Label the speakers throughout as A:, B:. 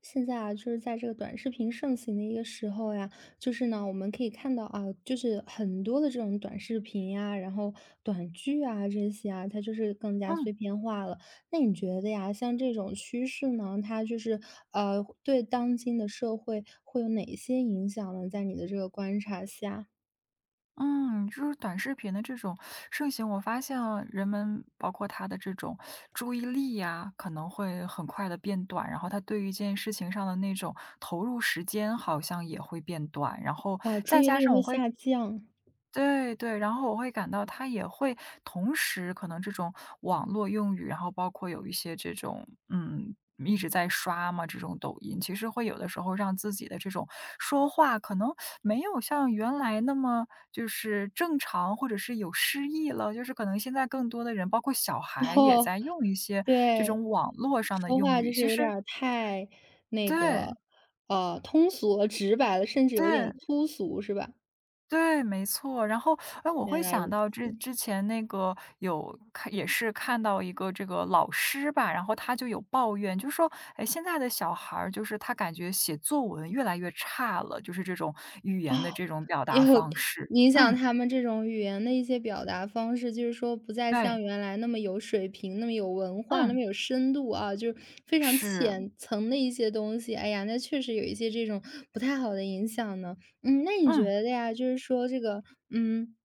A: 现在啊，就是在这个短视频盛行的一个时候呀，就是呢，我们可以看到啊，就是很多的这种短视频呀，然后短剧啊这些啊，它就是更加
B: 嗯
A: 碎片化了。那你觉得呀，像这种趋势呢，它就是呃，对当今的社会会有哪些影响呢？在你的这个观察下，
B: 嗯，就是短视频的这种盛行，我发现啊人们包括他的这种注意力呀，可能会很快的变短，然后他对于一件事情上的那种投入时间好像也会变短，然后
A: 啊、注
B: 再
A: 意
B: 加
A: 力
B: 上我
A: 会
B: 会
A: 下降，
B: 对对，然后我会感到他也会同时可能这种网络用语，然后包括有一些这种一直在刷嘛这种抖音，其实会有的时候让自己的这种说话可能没有像原来那么就是正常，或者是有诗意了。就是可能现在更多的人，包括小
A: 然
B: 孩也
A: 后
B: 在用一些这
A: 对，
B: 种网络上的
A: 说
B: 用
A: 话
B: 语，
A: 就是
B: 其
A: 有点
B: 实
A: 儿太那
B: 对
A: 个，通俗了直白了，甚至有
B: 对，
A: 点粗俗，是吧？
B: 对，没错。然后，哎，我
A: 原
B: 会
A: 来
B: 想
A: 如此，
B: 到之前那个有看，也是看到一个这个老师吧，然后他就有抱怨，就说，哎，现在的小孩儿就是他感觉写作文越来越差了，就是这种语
A: 哦，
B: 言的这种表
A: 也
B: 达
A: 有
B: 方式。
A: 影响
B: 嗯，
A: 他们这种语言的一些表达方式，就是说不再
B: 对。
A: 像原来那么有水平、那么有文化、那
B: 嗯，
A: 么有深度啊，就是非常
B: 是。
A: 浅层的一些东西。哎呀，那确实有一些这种不太好的影响呢。嗯，那你觉
B: 嗯
A: 得呀，就是说这个，嗯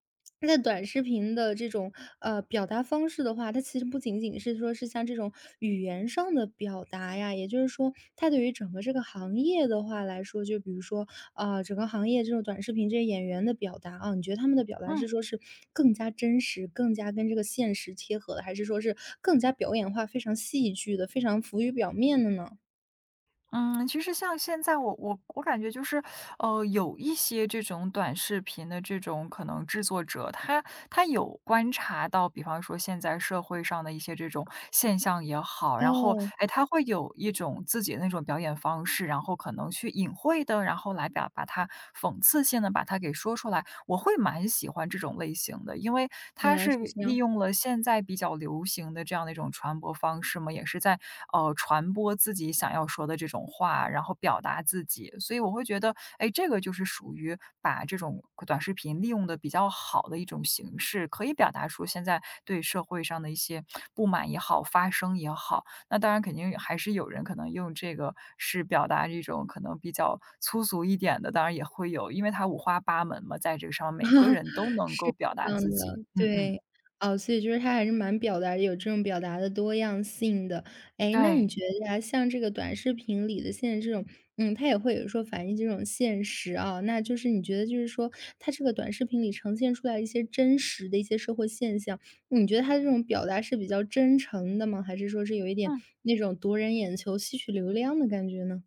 A: 在短视频的这种，表达方式的话，它其实不仅仅是说是像这种语言上的表达呀，也就是说它对于整个这个行业的话来说，就比如说，啊，整个行业这种短视频这些演员的表达啊，你觉得他们的表达
B: 嗯。
A: 是说是更加真实、更加跟这个现实贴合的，还是说是更加表演化、非常戏剧的、非常浮于表面的呢？
B: 嗯，其实像现在我感觉就是，有一些这种短视频的这种可能制作者，他有观察到，比方说现在社会上的一些这种现象也好，然后
A: 哦，
B: 哎，他会有一种自己的那种表演方式，然后可能去隐晦的，然后来表把它讽刺性的把它给说出来，我会蛮喜。喜欢这种类型的，因为它
A: 原来
B: 是
A: 是这
B: 利
A: 样。
B: 用了现在比较流行的这样的一种传播方式嘛，也是在，传播自己想要说的这种话，然后表达自己。所以我会觉得，哎，这个就是属于把这种短视频利用的比较好的一种形式，可以表达出现在对社会上的一些不满也好，发声也好。那当然肯定还是有人可能用这个是表达一种可能比较粗俗一点的，当然也会有，因为它五花八门嘛，在这个上面每个 人都能
A: 是
B: 够表
A: 这
B: 达
A: 样
B: 自己。
A: 的，
B: 嗯嗯，
A: 对。哦，所以就是他还是蛮表达有这种表达的多样性的。哎，那你
B: 对。
A: 觉得呀，像这个短视频里的现在这种他也会有说反映这种现实啊，那就是你觉得就是说，他这个短视频里呈现出来一些真实的一些社会现象，你觉得它这种表达是比较真诚的吗？还是说是有一点
B: 嗯。
A: 那种夺人眼球、吸取流量的感觉呢？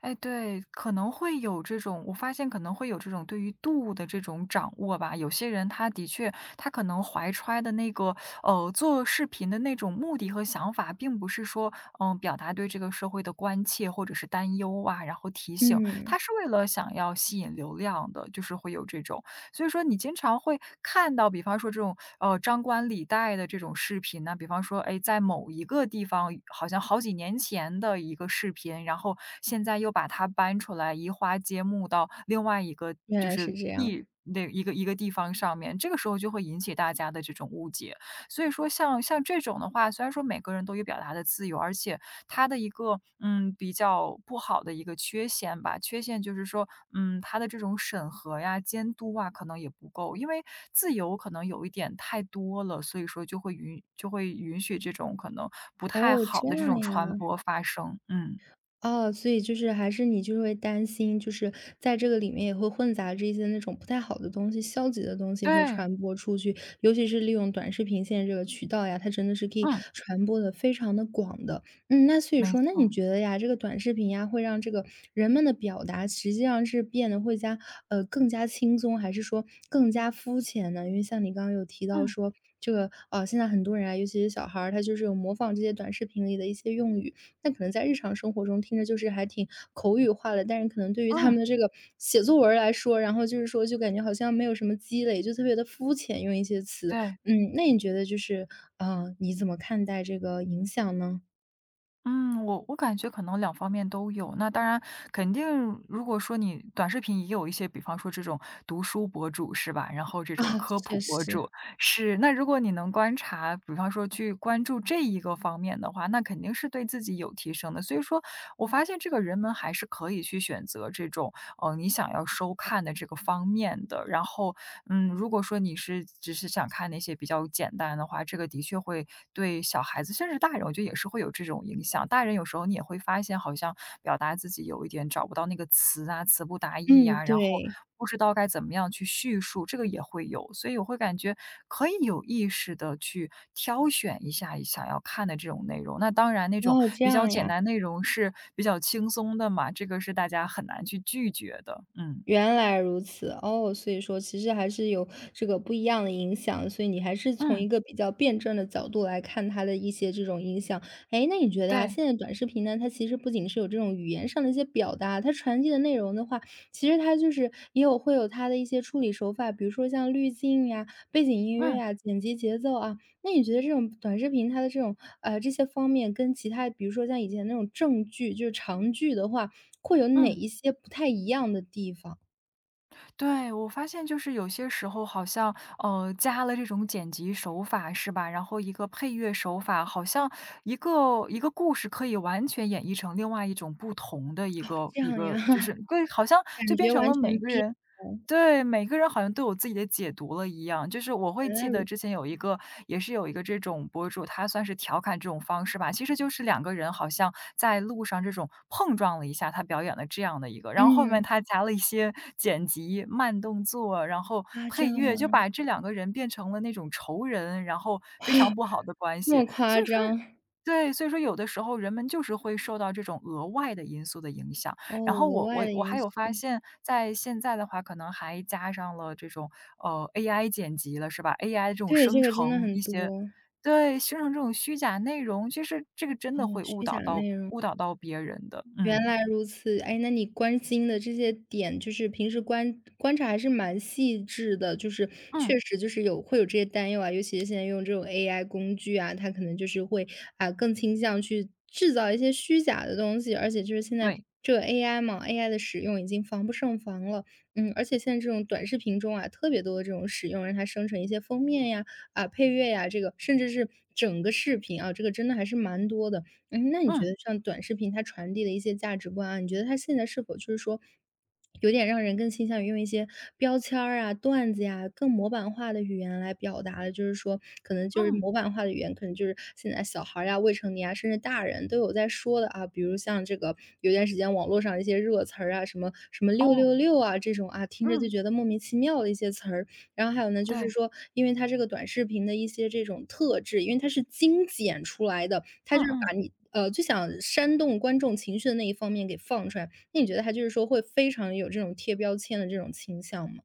B: 哎，对，可能会有这种我发现可能会有这种对于度的这种掌握吧。有些人他的确，他可能怀揣的那个，做视频的那种目的和想法，并不是说，嗯，表达对这个社会的关切或者是担忧啊，然后提醒，他
A: 嗯，
B: 是为了想要吸引流量的，就是会有这种。所以说你经常会看到，比方说这种，张冠李戴的这种视频呢，比方说，哎，在某一个地方，好像好几年前的一个视频，然后现在又把它搬出来，移花接木到另外一个
A: 原
B: 就
A: 来是
B: 是
A: 这样，
B: 那一个地方上面，这个时候就会引起大家的这种误解。所以说像这种的话，虽然说每个人都有表达的自由，而且他的一个，嗯，比较不好的一个缺陷吧，缺陷就是说，嗯，他的这种审核呀、监督啊，可能也不够，因为自由可能有一点太多了，所以说就会允许这种可能不太
A: 哦，
B: 好
A: 这
B: 的这
A: 样
B: 种传
A: 呀。
B: 播发生。嗯，
A: 哦，所以就是还是你就是会担心，就是在这个里面也会混杂着一些那种不太好的东西、消极的东西会
B: 对。
A: 传播出去，尤其是利用短视频现在这个渠道呀，它真的是可以
B: 嗯，
A: 传播的非常的广的。嗯，那所以
B: 没
A: 说，那
B: 错。
A: 你觉得呀，这个短视频呀，会让这个人们的表达实际上是变得会加更加轻松，还是说更加肤浅呢？因为像你刚刚有提到
B: 嗯。
A: 说，这个啊，现在很多人啊，尤其是小孩儿，他就是有模仿这些短视频里的一些用语。那可能在日常生活中听着就是还挺口语化的，但是可能对于他
B: 嗯，
A: 们的这个写作文儿来说，然后就是说就感觉好像没有什么积累，就特别的肤浅，用一些词。
B: 对。
A: 嗯，那你觉得就是啊，你怎么看待这个影响呢？
B: 嗯，我感觉可能两方面都有。那当然，肯定如果说你短视频也有一些，比方说这种读书博主是吧？然后这种
A: 啊，
B: 科
A: 确
B: 普博
A: 实，
B: 主是。那如果你能观察，比方说去关注这一个方面的话，那肯定是对自己有提升的。所以说我发现这个人们还是可以去选择这种你想要收看的这个方面的。然后，嗯，如果说你是只是想看那些比较简单的话，这个的确会对小孩子，甚至大人，我觉得也是会有这种影响。大人有时候你也会发现，好像表达自己有一点找不到那个词啊，词不达意
A: 嗯，
B: 呀、然后
A: 对，
B: 不知道该怎么样去叙述，这个也会有。所以我会感觉可以有意识的去挑选一下想要看的这种内容。那当然那种
A: 哦，这
B: 比较
A: 样
B: 简
A: 呀。
B: 单内容是比较轻松的嘛，这个是大家很难去拒绝的。嗯。
A: 原来如此，哦，所以说其实还是有这个不一样的影响，所以你还是从
B: 嗯，
A: 一个比较辩证的角度来看它的一些这种影响。哎，那你觉得啊，
B: 对。
A: 现在短视频呢，它其实不仅是有这种语言上的一些表达，它传递的内容的话，其实它就是也有会有它的一些处理手法，比如说像滤镜呀、背景音乐
B: 嗯。
A: 呀、剪辑节奏啊。那你觉得这种短视频它的这种这些方面，跟其他比如说像以前那种正剧，就是长剧的话，会有哪
B: 嗯。
A: 一些不太一样的地方？
B: 对，我发现就是有些时候好像，加了这种剪辑手法是吧？然后一个配乐手法，好像一个故事可以完全演绎成另外一种不同的一
A: 哦，
B: 个
A: 这
B: 一
A: 样呀，
B: 个，就是 对，好像就
A: 感
B: 变
A: 觉
B: 成
A: 完
B: 了每
A: 全
B: 个
A: 变
B: 人
A: 了，
B: 对，每个人好像都有自己的解读了一样，就是我会
A: 原来
B: 记
A: 如
B: 得
A: 此。
B: 之前有一个也是有一个这种博主，他算是调侃这种方式吧，其实就是两个人好像在路上这种碰撞了一下，他表演了这样的一个，然后后面
A: 嗯，
B: 他加了一些剪辑、慢动作，然后
A: 啊，这
B: 配
A: 样吗？
B: 乐，就把这两个人变成了那种仇人，然后非常不好的关
A: 这
B: 系。
A: 么
B: 所
A: 夸
B: 以说
A: 张？
B: 对，所以说有的时候人们就是会受到这种额外的因素的影响。
A: 哦，
B: 然后
A: 额
B: 我
A: 外
B: 我
A: 的
B: 我还
A: 因
B: 有发
A: 素，
B: 现，在现在的话，可能还加上了这种AI 剪辑了，是吧？AI 这种
A: 对，
B: 生
A: 这个真的
B: 成
A: 很
B: 一些
A: 多，
B: 对，生成这种虚假内容，其实这个真的
A: 哦，
B: 会
A: 虚假内容。
B: 误导到别人的。
A: 原
B: 嗯。
A: 来如此，哎，那你关心的这些点，就是平时观察还是蛮细致的，就是
B: 嗯，
A: 确实就是有会有这些担忧啊，尤其是现在用这种 AI 工具啊，它可能就是会啊、更倾向去制造一些虚假的东西，而且就是现在
B: 对。
A: 这个 AI 嘛，AI 的使用已经防不胜防了，嗯，而且现在这种短视频中啊，特别多的这种使用，让它生成一些封面呀、啊配乐呀，这个甚至是整个视频啊，这个真的还是蛮多的。嗯，那你觉
B: 嗯。
A: 得像短视频它传递的一些价值观啊，你觉得它现在是否就是说，有点让人更倾向于用一些标签儿啊、段子呀、更模板化的语言来表达了？就是说，可能就是
B: 嗯。
A: 模板化的语言，可能就是现在小孩儿呀、未成年啊，甚至大人都有在说的啊。比如像这个有段时间网络上一些热词儿啊，什么什么“六
B: 哦。
A: 六六”啊这种啊，听着
B: 嗯，
A: 就觉得莫名其妙的一些词儿。然后还有呢，就
B: 对。
A: 是说，因为它这个短视频的一些这种特质，因为它是精简出来的，它
B: 嗯
A: 就是把
B: 嗯。
A: 你最想煽动观众情绪的那一方面给放出来。那你觉得它就是说会非常有这种贴标签的这种倾向吗？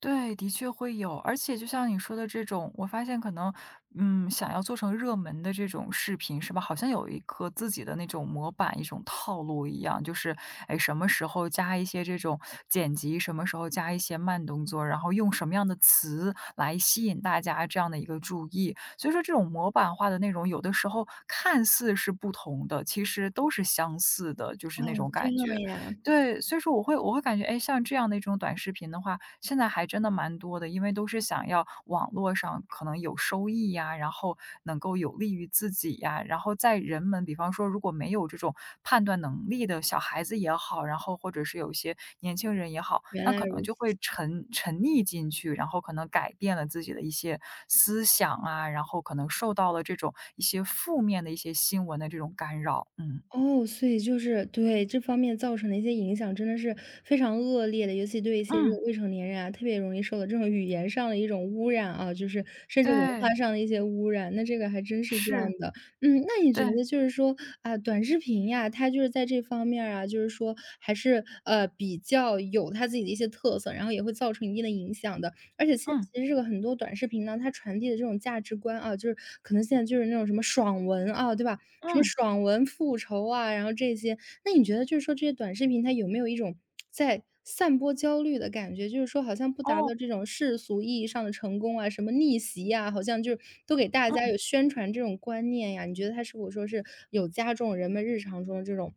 B: 对，的确会有，而且就像你说的这种，我发现可能，嗯，想要做成热门的这种视频是吧？好像有一个自己的那种模板，一种套路一样，就是，哎，什么时候加一些这种剪辑，什么时候加一些慢动作，然后用什么样的词来吸引大家这样的一个注意。所以说，这种模板化的内容，有的时候看似是不同的，其实都是相似的，就
A: 哦，
B: 是那种
A: 这
B: 感觉。
A: 样呀，
B: 对，所以说我会感觉，哎，像这样的一种短视频的话，现在还真的蛮多的，因为都是想要网络上可能有收益呀，然后能够有利于自己呀，然后在人们比方说如果没有这种判断能力的小孩子也好，然后或者是有一些年轻人也好，
A: 原
B: 那
A: 来
B: 可能
A: 如
B: 就会
A: 此。
B: 沉溺进去，然后可能改变了自己的一些思想啊，然后可能受到了这种一些负面的一些新闻的这种干扰。嗯。
A: 哦，所以就是对这方面造成的一些影响，真的是非常恶劣的，尤其对一些这
B: 嗯，
A: 个未成年人啊，特别容易受到这种语言上的一种污染啊，就是甚至文化
B: 对。
A: 上的一些污染，那这个还真是这样
B: 是。
A: 的。嗯，那你
B: 对。
A: 觉得就是说啊，短视频呀，它就是在这方面儿啊，就是说还是比较有它自己的一些特色，然后也会造成一定的影响的。而且现在
B: 嗯。
A: 其实这个很多短视频呢，它传递的这种价值观啊，就是可能现在就是那种什么爽文啊，对吧？什么
B: 嗯。
A: 爽文、复仇啊，然后这些。那你觉得就是说这些短视频它有没有一种在散播焦虑的感觉？就是说好像不达
B: 哦。
A: 到这种世俗意义上的成功啊，什么逆袭呀、好像就都给大家
B: 嗯。
A: 有宣传这种观念呀。你觉得它是否说是有加重人们日常中的这种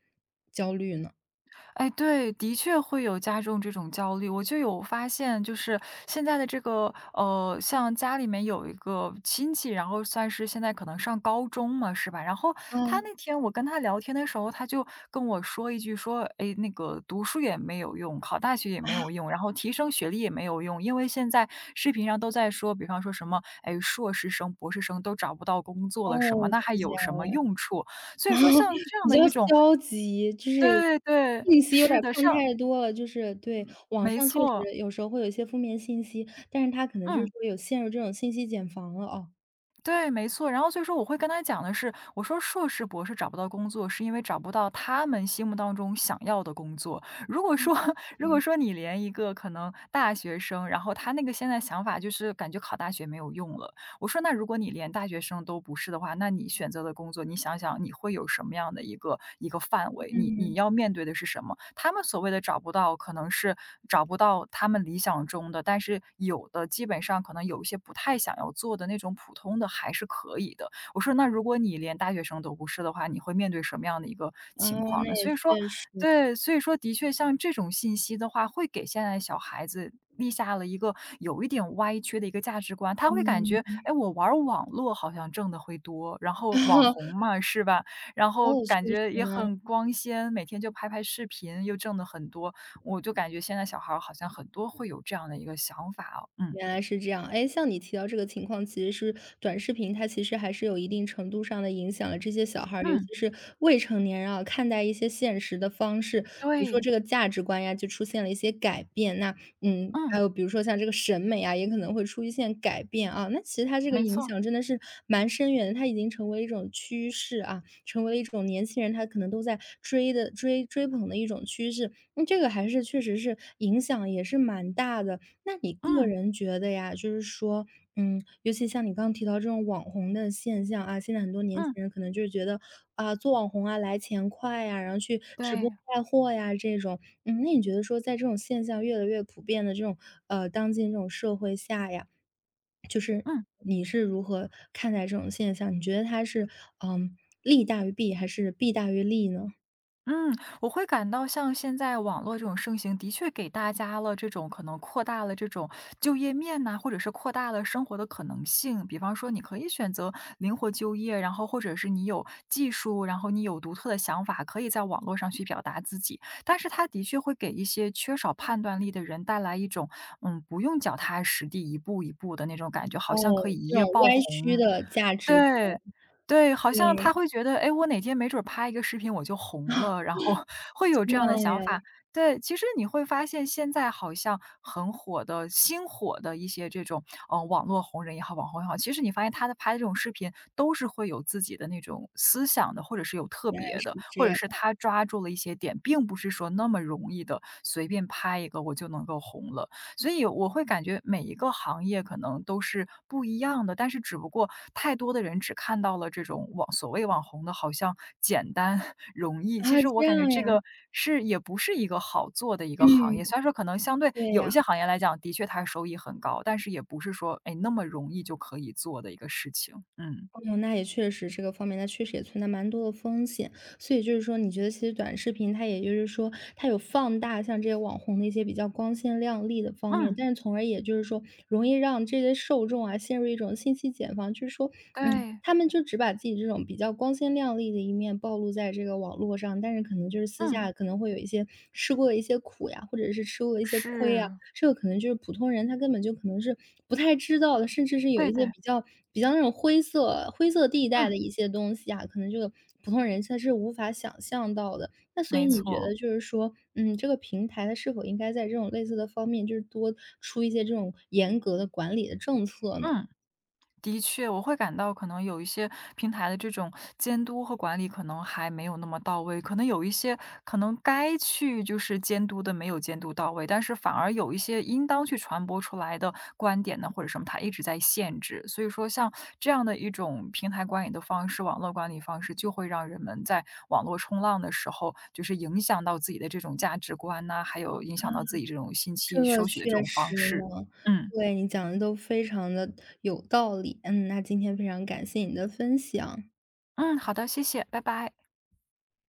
A: 焦虑呢？
B: 哎，对，的确会有加重这种焦虑。我就有发现，就是现在的这个，像家里面有一个亲戚，然后算是现在可能上高中嘛，是吧？然后他
A: 啊，
B: 那天我跟他聊天的时候，他就跟我说一句说，哎，那个读书也没有用，考大学也没有用，然后提升学历也没有用，因为现在视频上都在说，比方说什么，哎，硕士生、博士生都找不到工作
A: 哦，
B: 了，什么那还
A: 是这
B: 有什
A: 样
B: 么
A: 呀。
B: 用处？所以说，像这样
A: 比
B: 的
A: 较
B: 一种
A: 消极，就是
B: 对对，
A: 信息有点
B: 是
A: 儿
B: 的，
A: 看太多了，就是对，网
B: 没
A: 上确
B: 错。
A: 实有时候会有一些负面信息，但是他可能就是
B: 嗯，
A: 说有陷入这种信息茧房了哦。
B: 对，没错。然后所以说我会跟他讲的是，我说硕士博士找不到工作，是因为找不到他们心目当中想要的工作。如果
A: 嗯，
B: 说 如果
A: 对
B: 说你连一个可能大学生，然后他那个现在想法就是感觉考大学没有用了，我说：“那如果你连大学生都不是的话，那你选择的工作，你想想你会有什么样的一个范围？你要面对的是什么？”他们所谓的找不到，可能是找不到他们理想中的，但是有的基本上可能有一些不太想要做的那种普通的还是可以的。我说：“那如果你连大学生都不是的话，你会面对什么样的一个
A: 啊，
B: 情况
A: 那
B: 呢？”
A: 也
B: 所以说
A: 确实，
B: 对，所以说的确像这种信息的话，会给现在的小孩子立下了一个有一点歪曲的一个价值观。他会感
A: 嗯，
B: 觉，哎，我玩儿网络好像挣的会多，然后网红 嘛，是吧？然后
A: 哦，确
B: 感觉
A: 实
B: 也
A: 呢。
B: 很光鲜，每天就拍拍视频，又挣得很多。我就感觉现在小孩儿好像很多会有这样的一个想法哦嗯，
A: 原来是这样，哎，像你提到这个情况，其实是短视频，它其实还是有一定程度上的影响了这些小孩儿，尤
B: 嗯，
A: 其是未成年人啊，看待一些现实的方式，比如说
B: 对，
A: 这个价值观呀，就出现了一些改变。那嗯，
B: 嗯，
A: 还有比如说像这个审美啊，也可能会出现改变啊。那其实它这个
B: 没
A: 影
B: 错，
A: 响真的是蛮深远的，它已经成为一种趋势啊，成为一种年轻人他可能都在追追捧的一种趋势。那、这个还是确实是影响也是蛮大的。那你个
B: 嗯，
A: 人觉得呀，就是说，嗯，尤其像你刚刚提到这种网红的现象啊，现在很多年轻
B: 嗯，
A: 人可能就是觉得啊，做网红啊来钱快呀，然后去直播
B: 对，
A: 带货呀这种，嗯，那你觉得说在这种现象越来越普遍的这种当今这种社会下呀，就是
B: 嗯。
A: 你是如何看待这种现象？你觉得它是嗯利大于弊还是弊大于利呢？
B: 嗯，我会感到像现在网络这种盛行，的确给大家了这种可能扩大了这种就业面呐、或者是扩大了生活的可能性。比方说，你可以选择灵活就业，然后或者是你有技术，然后你有独特的想法，可以在网络上去表达自己。但是它的确会给一些缺少判断力的人带来一种，嗯，不用脚踏实地，一步一步的那种感觉，好
A: 哦，
B: 像可以一
A: 这
B: 夜
A: 种
B: 爆
A: 歪曲
B: 红。
A: 的价值观，
B: 对，对，好像
A: 对，
B: 他会觉得，哎，我哪天没准儿拍一个视频我就红了，然后 会有
A: 这
B: 这
A: 样
B: 样的想
A: 呀，
B: 法。对，其实你会发现现在好像很火的新火的一些这种，网络红人也好，网红也好，其实你发现他的拍的这种视频都是会有自己的那种思想的，或者是有特
A: 原来
B: 别
A: 是
B: 的，或
A: 这
B: 者
A: 样。
B: 是他抓住了一些点，并不是说那么容易的随便拍一个我就能够红了。所以我会感觉每一个行业可能都是不一样的，但是只不过太多的人只看到了这种网所谓网红的好像简单 容易，
A: 啊，
B: 其实我
A: 这
B: 感觉
A: 样
B: 这
A: 呀，
B: 个是也不是一个好做的一个行
A: 嗯，
B: 业。虽然说可能相对
A: 对
B: 有一
A: 呀，
B: 些行业来讲，的确它收益很高，但是也不是说哎那么容易就可以做的一个事情。嗯
A: 哦，那也确实这个方面，它确实也存在蛮多的风险。所以就是说，你觉得其实短视频它也就是说，它有放大像这些网红的一些比较光鲜亮丽的方面，
B: 嗯，
A: 但是从而也就是说，容易让这些受众啊陷入一种信息茧房，就是说，嗯，
B: 对，
A: 他们就只把自己这种比较光鲜亮丽的一面暴露在这个网络上，但是可能就是私
B: 嗯
A: 下可能会有一些吃过的一些苦呀，或者是吃过的一些亏啊，
B: 是，
A: 这个可能就是普通人他根本就可能是不太知道的，甚至是有
B: 对
A: 一些
B: 对，
A: 比较那种灰色地带
B: 嗯，
A: 的一些东西啊，可能这个普通人他是无法想象到的。那所以
B: 没
A: 你觉
B: 错，
A: 得就是说，嗯，这个平台它是否应该在这种类似的方面，就是多出一些这种严格的管理的政策呢？
B: 嗯。的确，我会感到可能有一些平台的这种监督和管理可能还没有那么到位，可能有一些可能该去就是监督的没有监督到位，但是反而有一些应当去传播出来的观点呢或者什么，它一直在限制。所以说，像这样的一种平台管理的方式、网络管理方式，就会让人们在网络冲浪的时候，就是影响到自己的这种价值观呐、还有影响到自己这种信息
A: 这个
B: 收取的这
A: 确
B: 种方
A: 实
B: 式。
A: 呢，
B: 嗯
A: 对，你讲的都非常的有道理。嗯，那今天非常感谢你的分享。
B: 嗯，好的，谢谢，拜拜。